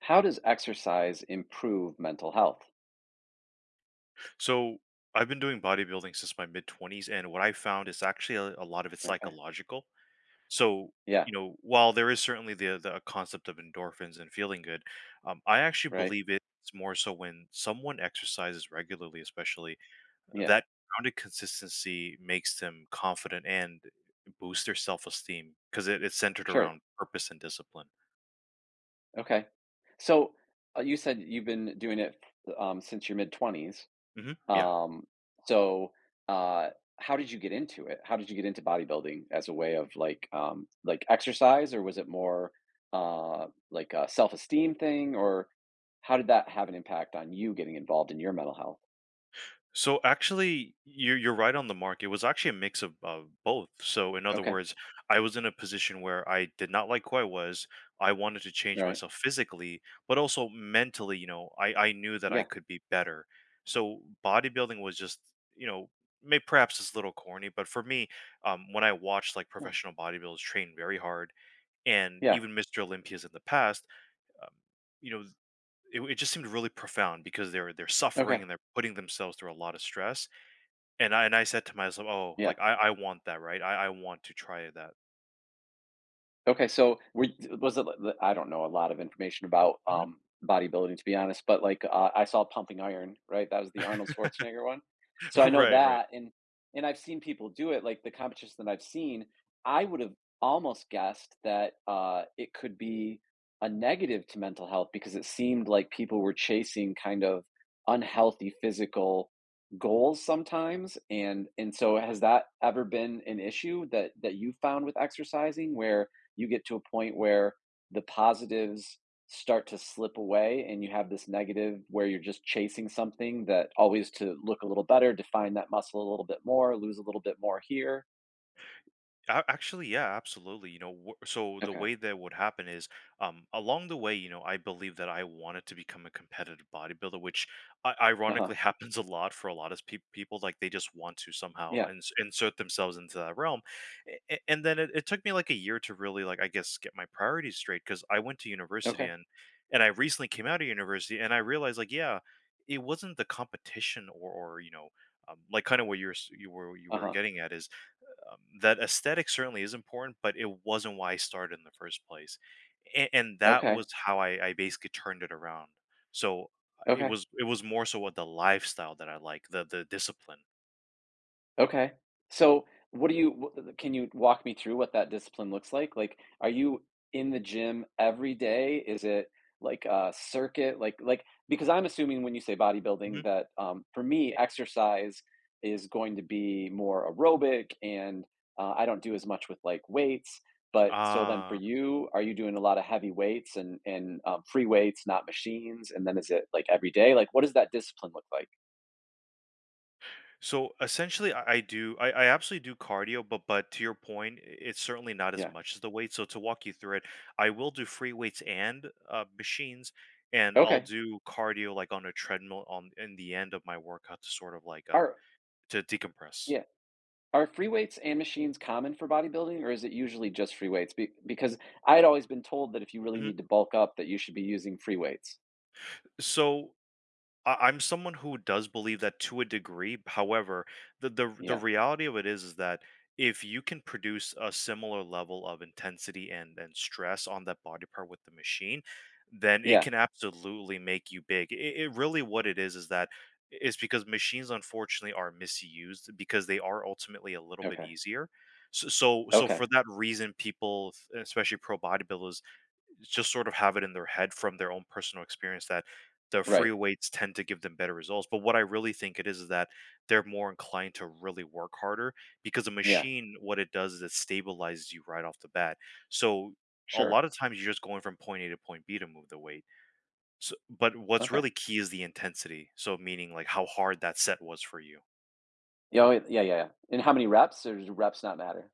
How does exercise improve mental health? So I've been doing bodybuilding since my mid 20s, and what I found is actually a lot of it's Okay. psychological. So Yeah, you know, while there is certainly the concept of endorphins and feeling good, I actually right. believe it's more so when someone exercises regularly, especially Yeah, that grounded consistency makes them confident and boosts their self esteem because it's centered sure. around purpose and discipline. Okay. So, you said you've been doing it, since your mid-20s. Yeah. Um, so, uh, how did you get into it? How did you get into bodybuilding as a way of like exercise, or was it more, like a self-esteem thing, or how did that have an impact on you getting involved in your mental health? So actually, you're right on the mark. It was actually a mix of both. So in other Okay. words, I was in a position where I did not like who I was. I wanted to All change right. myself physically, but also mentally. You know, I knew that I Yeah. could be better. So bodybuilding was just you know may perhaps it's a little corny, but for me, when I watched like No. professional bodybuilders train very hard, and Yeah. even Mr. Olympias in the past, um, you know. It just seemed really profound because they're suffering Okay. and they're putting themselves through a lot of stress, and I said to myself, "Oh, Yeah. like, I want that, right? I want to try that." Okay, so were was it I don't know a lot of information about, Mhm. Bodybuilding to be honest, but, like, I saw Pumping Iron, right? That was the Arnold Schwarzenegger one. So I know Right, right. that, and I've seen people do it, like, the competitions that I've seen, I would've almost guessed that, it could be a negative to mental health because it seemed like people were chasing kind of unhealthy physical goals sometimes, and so has that ever been an issue that you found with exercising where you get to a point where the positives start to slip away and you have this negative where you're just chasing something that always to look a little better, define that muscle a little bit more, lose a little bit more here. Actually, yeah, absolutely. You know, so the Okay. way that would happen is, along the way, you know, I believe that I wanted to become a competitive bodybuilder, which Uh-huh. ironically happens a lot for a lot of people. Like they just want to somehow Yeah. Insert themselves into that realm. And then it took me like a year to really, like, I guess, get my priorities straight because I went to university Okay. And I recently came out of university and I realized, like, yeah, it wasn't the competition or you know, like kind of what you're you were Uh-huh. getting at is that aesthetic certainly is important, but it wasn't why I started in the first place. And that Okay. was how I basically turned it around. So Okay. It was more so what the lifestyle that I like, the discipline. Okay. So, what do you wh can you walk me through what that discipline looks like? Like, are you in the gym every day? Is it like a circuit? Like because I'm assuming when you say Mhm. bodybuilding that, for me, exercise is going to be more aerobic and, I don't do as much with, like, weights, but so then for Ah, you, are you doing a lot of heavy weights and free weights, not machines? And then is it, like, every day? Like, what does that discipline look like? so essentially, I absolutely do cardio, but to your point, it's certainly not as Yeah. much as the weight. So to walk you through it, I will do free weights and machines, and I'll Okay. do cardio like on a treadmill on in the end of my workout to sort of like Ar to decompress. Yeah. Are free weights and machines common for bodybuilding, or is it usually just free weights? Be because I had always been told that if you really Mhm. need to bulk up, that you should be using free weights. So I'm someone who does believe that to a degree. However, the the Yeah. reality of it is that if you can produce a similar level of intensity and stress on that body part with the machine, then it Yeah. can absolutely make you big. It really what it is that is because machines unfortunately are misused because they are ultimately a little bit Okay. easier. So Okay. for that reason, people, especially pro bodybuilders, just sort of have it in their head from their own personal experience that the free Right. weights tend to give them better results. But what I really think it is that they're more inclined to really work harder because a Yeah. machine, what it does is it stabilizes you right off the bat. So a Sure. lot of times you're just going from point A to point B to move the weight. So, but what's Okay. really key is the intensity. So meaning like how hard that set was for you. Yeah. Oh, Yeah. And how many reps, or does reps not matter?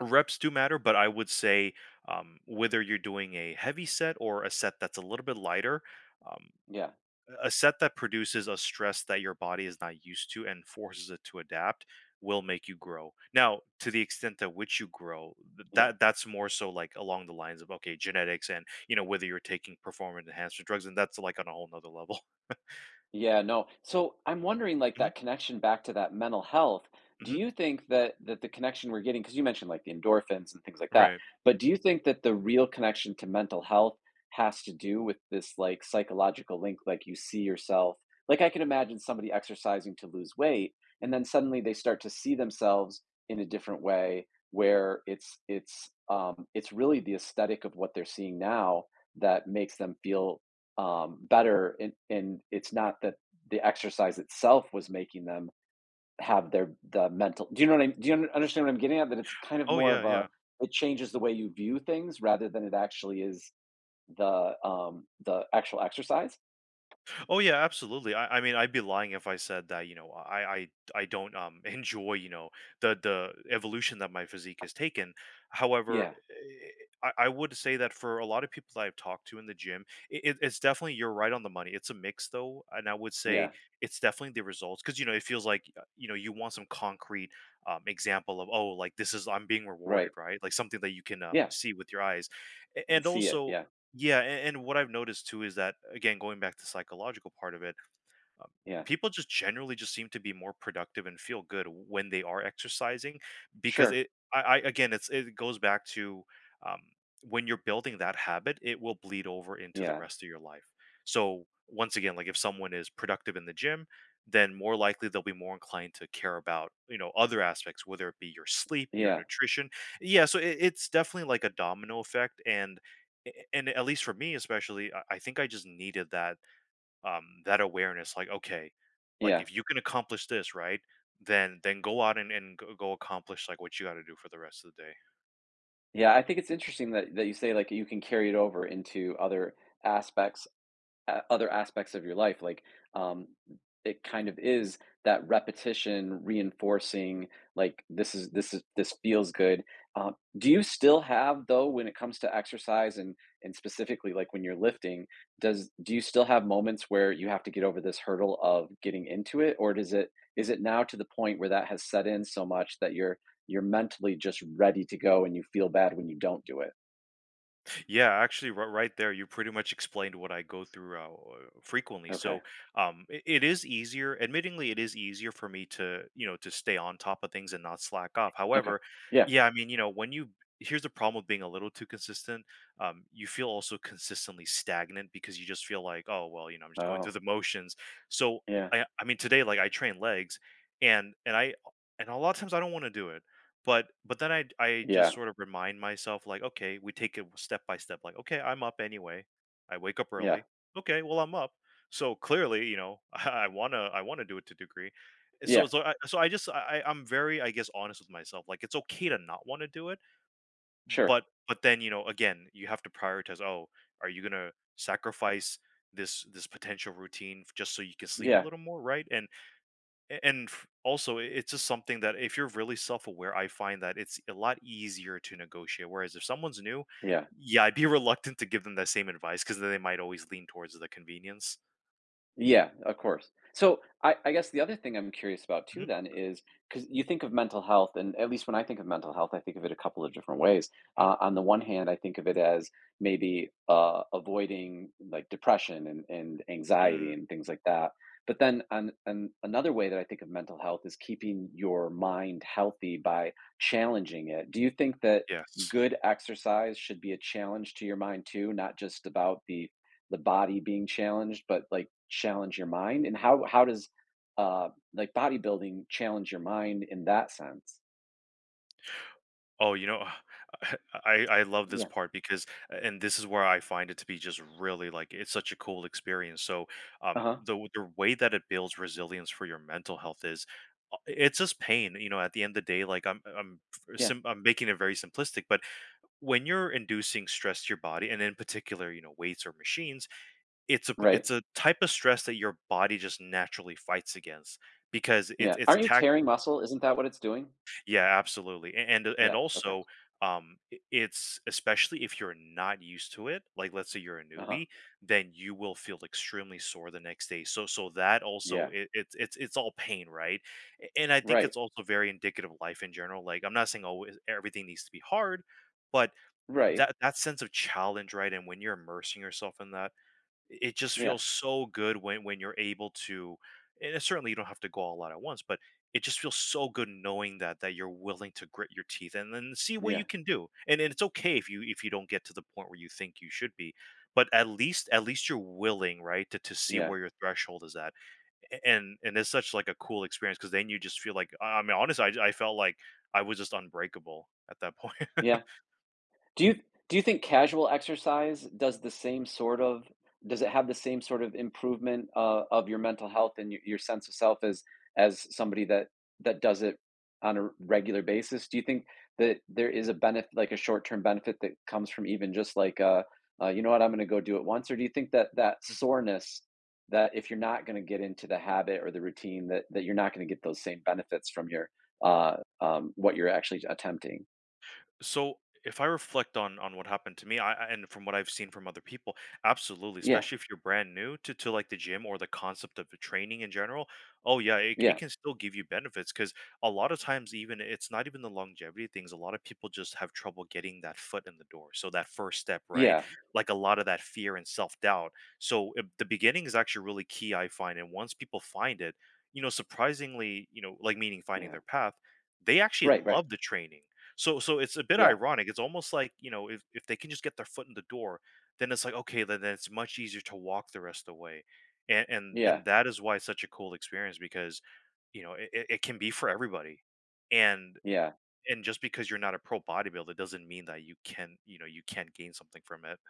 Reps do matter, but I would say whether you're doing a heavy set or a set that's a little bit lighter, um, Yeah. a set that produces a stress that your body is not used to and forces it to adapt will make you grow. Now, to the extent that which you grow, Yeah. that that's more so like along the lines of okay, genetics and you know whether you're taking performance enhancement drugs, and that's like on a whole nother level. Yeah, no. So I'm wondering, like, hmm that connection back to that mental health. Do hmm you think that the connection we're getting, because you mentioned like the endorphins and things like that, Right. but do you think that the real connection to mental health has to do with this like psychological link, like you see yourself? Like I can imagine somebody exercising to lose weight, and then suddenly they start to see themselves in a different way, where it's it's really the aesthetic of what they're seeing now that makes them feel better and it's not that the exercise itself was making them have their the mental do you understand what I'm getting at, that it's kind of Oh more of yeah, a yeah. it changes the way you view things rather than it actually is the actual exercise. Oh yeah, absolutely. I mean, I'd be lying if I said that, you know, I don't enjoy, you know, the evolution that my physique has taken. However, Yeah. I would say that for a lot of people that I've talked to in the gym, it's definitely you're right on the money. It's a mix though, and I would say Yeah. it's definitely the results because you know it feels like you know you want some concrete example of oh like this is I'm being rewarded Right. right like something that you can Yeah, see with your eyes. I can And see it. also Yeah. yeah, and what I've noticed too is that again, going back to the psychological part of it, um, Yeah, people just generally just seem to be more productive and feel good when they are exercising because sure. it I again it's it goes back to um, when you're building that habit it will bleed over into the yeah rest of your life. So once again, like if someone is productive in the gym, then more likely they'll be more inclined to care about you know other aspects whether it be your sleep your yeah nutrition. Yeah, so it's definitely like a domino effect. And And at least for me especially I think I just needed that that awareness like okay, like yeah if you can accomplish this right, then go out and go accomplish like what you got to do for the rest of the day. yeah, I think it's interesting that you say like you can carry it over into other aspects, of your life, like, um it kind of is that repetition reinforcing, like, this is this feels good. uh, do you still have, though, when it comes to exercise and specifically like when you're lifting, does do you still have moments where you have to get over this hurdle of getting into it, or does it is it now to the point where that has set in so much that you're mentally just ready to go and you feel bad when you don't do it? Yeah, actually, right there, you pretty much explained what I go through frequently. Okay. So, it is easier. Admittingly, it is easier for me to, you know, to stay on top of things and not slack off. Okay. However, Yeah. yeah, I mean, you know, when you here's the problem with being a little too consistent. You feel also consistently stagnant because you just feel like, oh, well, you know, I'm just going through Oh the motions. So, yeah. I mean, today, like, I train legs, and I and a lot of times I don't want to do it. But then I just yeah sort of remind myself like, "Okay, we take it step by step." Like, "Okay, I'm up anyway. I wake up yeah early. Okay, well, I'm up." So clearly, you know, I wanna do it to a degree. So Yeah, so I so I just I'm very, I guess, honest with myself. Like, it's okay to not wanna do it, sure. but then, you know, again, you have to prioritize, "Oh, are you gonna sacrifice this potential routine just so you can sleep a Yeah, little more, right?" And and also it's just something that if you're really self-aware I find that it's a lot easier to negotiate whereas if someone's new, yeah, yeah I'd be reluctant to give them that same advice because then they might always lean towards the convenience. yeah, of course. So I guess the other thing I'm curious about too Mhm, then is because you think of mental health, and at least when I think of mental health, I think of it a couple of different ways. mhm, On the one hand, I think of it as maybe avoiding like depression and mm, anxiety and things like that. But then on another way that I think of mental health is keeping your mind healthy by challenging it. Do you think that yes. good exercise should be a challenge to your mind too, not just about the body being challenged, but like challenge your mind? And how does uh like bodybuilding challenge your mind in that sense? Oh you know, I love this Yeah. part because and this is where I find it to be just really like it's such a cool experience. So Uh-huh. The way that it builds resilience for your mental health is it's just pain, you know, at the end of the day. Like Yeah. I'm making it very simplistic, but when you're inducing stress to your body and in particular you know weights or machines, Right. it's a type of stress that your body just naturally fights against because Yeah. it's Aren't you tearing muscle? Isn't that what it's doing? yeah absolutely. And Yeah. Okay. also it's especially if you're not used to it, like let's say you're a Uh-huh. newbie, then you will feel extremely sore the next day. That also, Yeah. it, it's all pain, right? And I think Right. it's also very indicative of life in general. Like I'm not saying always everything needs to be hard, but Right. that that sense of challenge, right, and when you're immersing yourself in that, I it just Yeah. feels so good when you're able to, and it- certainly you don't have to go all out at once, but it just feels so good knowing that that you're willing to grit your teeth and then see what Yeah. you can do. And it's okay if you don't get to the point where you think you should be, but at least you're willing, right, to see Yeah. where your threshold is at. A and it's such, like, a cool experience because then you just feel like I mean, honestly, I felt like I was just unbreakable at that point. Yeah. Do you do you think casual exercise does the same sort of, does it have the same sort of improvement, of your mental health and your sense of self as somebody that that does it on a regular basis? Do you think that there is a benefit like a short-term benefit that comes from even just like, "You know what? I'm gonna go do it once," or do you think that that Mhm. soreness, that if you're not gonna get into the habit or the routine that that you're not gonna get those same benefits from your, what you're actually attempting? So if I reflect on what happened to me, and from what I've seen from other people, absolutely, Yeah, especially if you're brand new to like the gym or the concept of the training in general, oh yeah, it yeah, can still give you benefits because a lot of times even it's not even the longevity things. A lot of people just have trouble getting that foot in the door, so that first step, right? yeah. Like a lot of that fear and self doubt. So the beginning is actually really key, I find, and once people find it, surprisingly, meaning finding Yeah. their path, they actually Right, right. love the training so it's a bit Yeah, ironic. It's almost like, if they can just get their foot in the door, then it's like, okay, then it's much easier to walk the rest of the way. And and yeah, and that is why it's such a cool experience because, it can be for everybody. And yeah. and just because you're not a pro bodybuilder doesn't mean that you can, you can't gain something from it.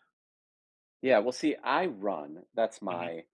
Yeah, well, see, I run. That's Hmm. my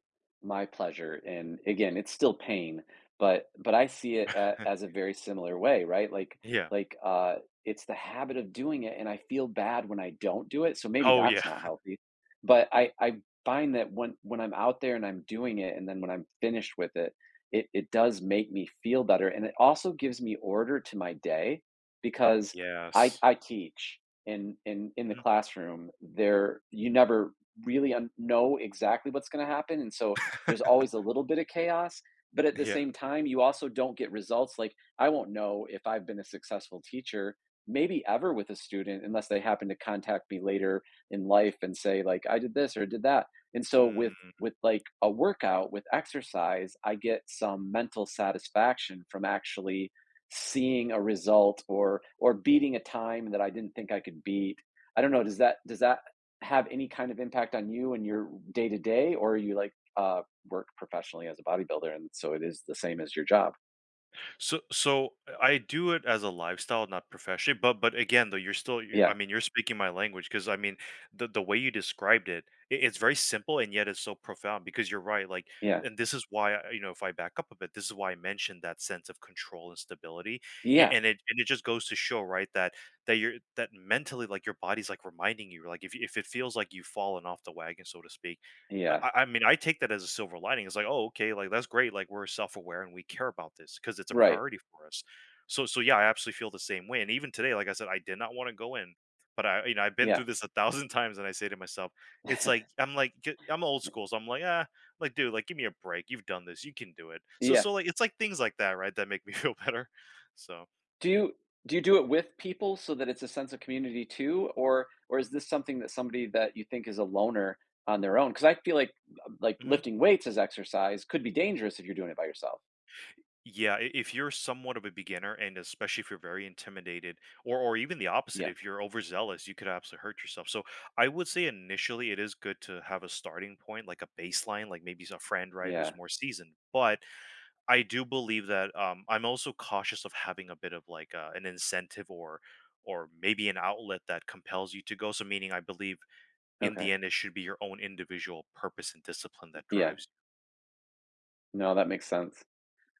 my pleasure. And again, it's still pain, but I see it a, as a very similar way, right? Like Yeah. like uh it's the habit of doing it and I feel bad when I don't do it. So maybe Oh yeah. that's not healthy. But I find that when I'm out there and I'm doing it and then when I'm finished with it, it it does make me feel better and it also gives me order to my day because I Yes. I teach in the Mhm. classroom, there you never really know exactly what's going to happen, and so there's always a little bit of chaos, but at the Yeah. same time you also don't get results. Like, I won't know if I've been a successful teacher maybe ever with a student unless they happen to contact me later in life and say, like, I did this or did that. And so Mm. With like a workout, with exercise, I get some mental satisfaction from actually seeing a result, or beating a time that I didn't think I could beat. I don't know, does that, have any kind of impact on you and your day to day, or you like, work professionally as a bodybuilder, and so it is the same as your job? So I do it as a lifestyle, not professionally. But again, though, you're still you I Yeah, mean, you're speaking my language because I mean, the way you described it, it's very simple and yet it's so profound because you're right. Like, yeah, and this is why if I back up a bit, this is why I mentioned that sense of control and stability, and, yeah, and it and it just goes to show, right, that that you're that mentally, like your body's like reminding you, like if it feels like you've fallen off the wagon, so to speak. yeah. I mean, I take that as a silver lining. It's like, "Oh, okay, like, that's great, like, we're self-aware and we care about this because it's a Right. priority for us." So yeah, I absolutely feel the same way, and even today, like I said, I did not wanna go in, but I I've been through Yeah, this 1,000 times and I say to myself, it's like I'm like, "G," I'm old school, so I'm like, "Ah, like, dude, like, give me a break. You've done this. You can do it." So yeah. so, like, it's like things like that, right, that make me feel better. So Do you do you do it with people so that it's a sense of community too, or is this something that somebody that you think is a loner on their own? Because I feel like mhm. lifting weights as exercise could be dangerous if you're doing it by yourself. Yeah, if you're somewhat of a beginner, and especially if you're very intimidated, or even the opposite, Yeah, if you're overzealous, you could absolutely hurt yourself. So I would say initially it is good to have a starting point, like a baseline, like maybe a friend, right, who's yeah. more seasoned. But I do believe that I'm also cautious of having a bit of like an incentive or maybe an outlet that compels you to go. So meaning, I believe in Okay. the end, it should be your own individual purpose and discipline that Yeah. drives No, that makes sense.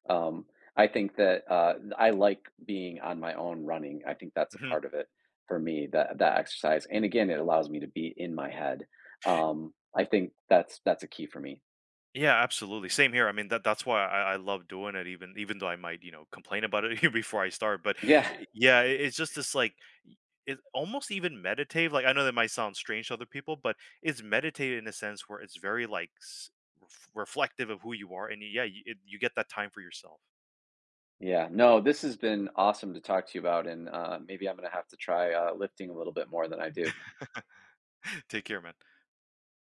Um, I think that, I like being on my own running. I think that's you. a Mhm. part of it for me, that that exercise, and again, it allows me to be in my head. I think that's a key for me. Yeah, absolutely. Same here. I mean, that that's why I love doing it, even though I might, complain about it before I start. But Yeah. Yeah, it, it's just this like y- it's almost even meditative. Like I know that might sound strange to other people, but it's meditative in a sense where it's very like reflective of who you are, and yeah, you get that time for yourself. Yeah. No, this has been awesome to talk to you about, and, maybe I'm gonna have to try, lifting a little bit more than I do. Take care, man.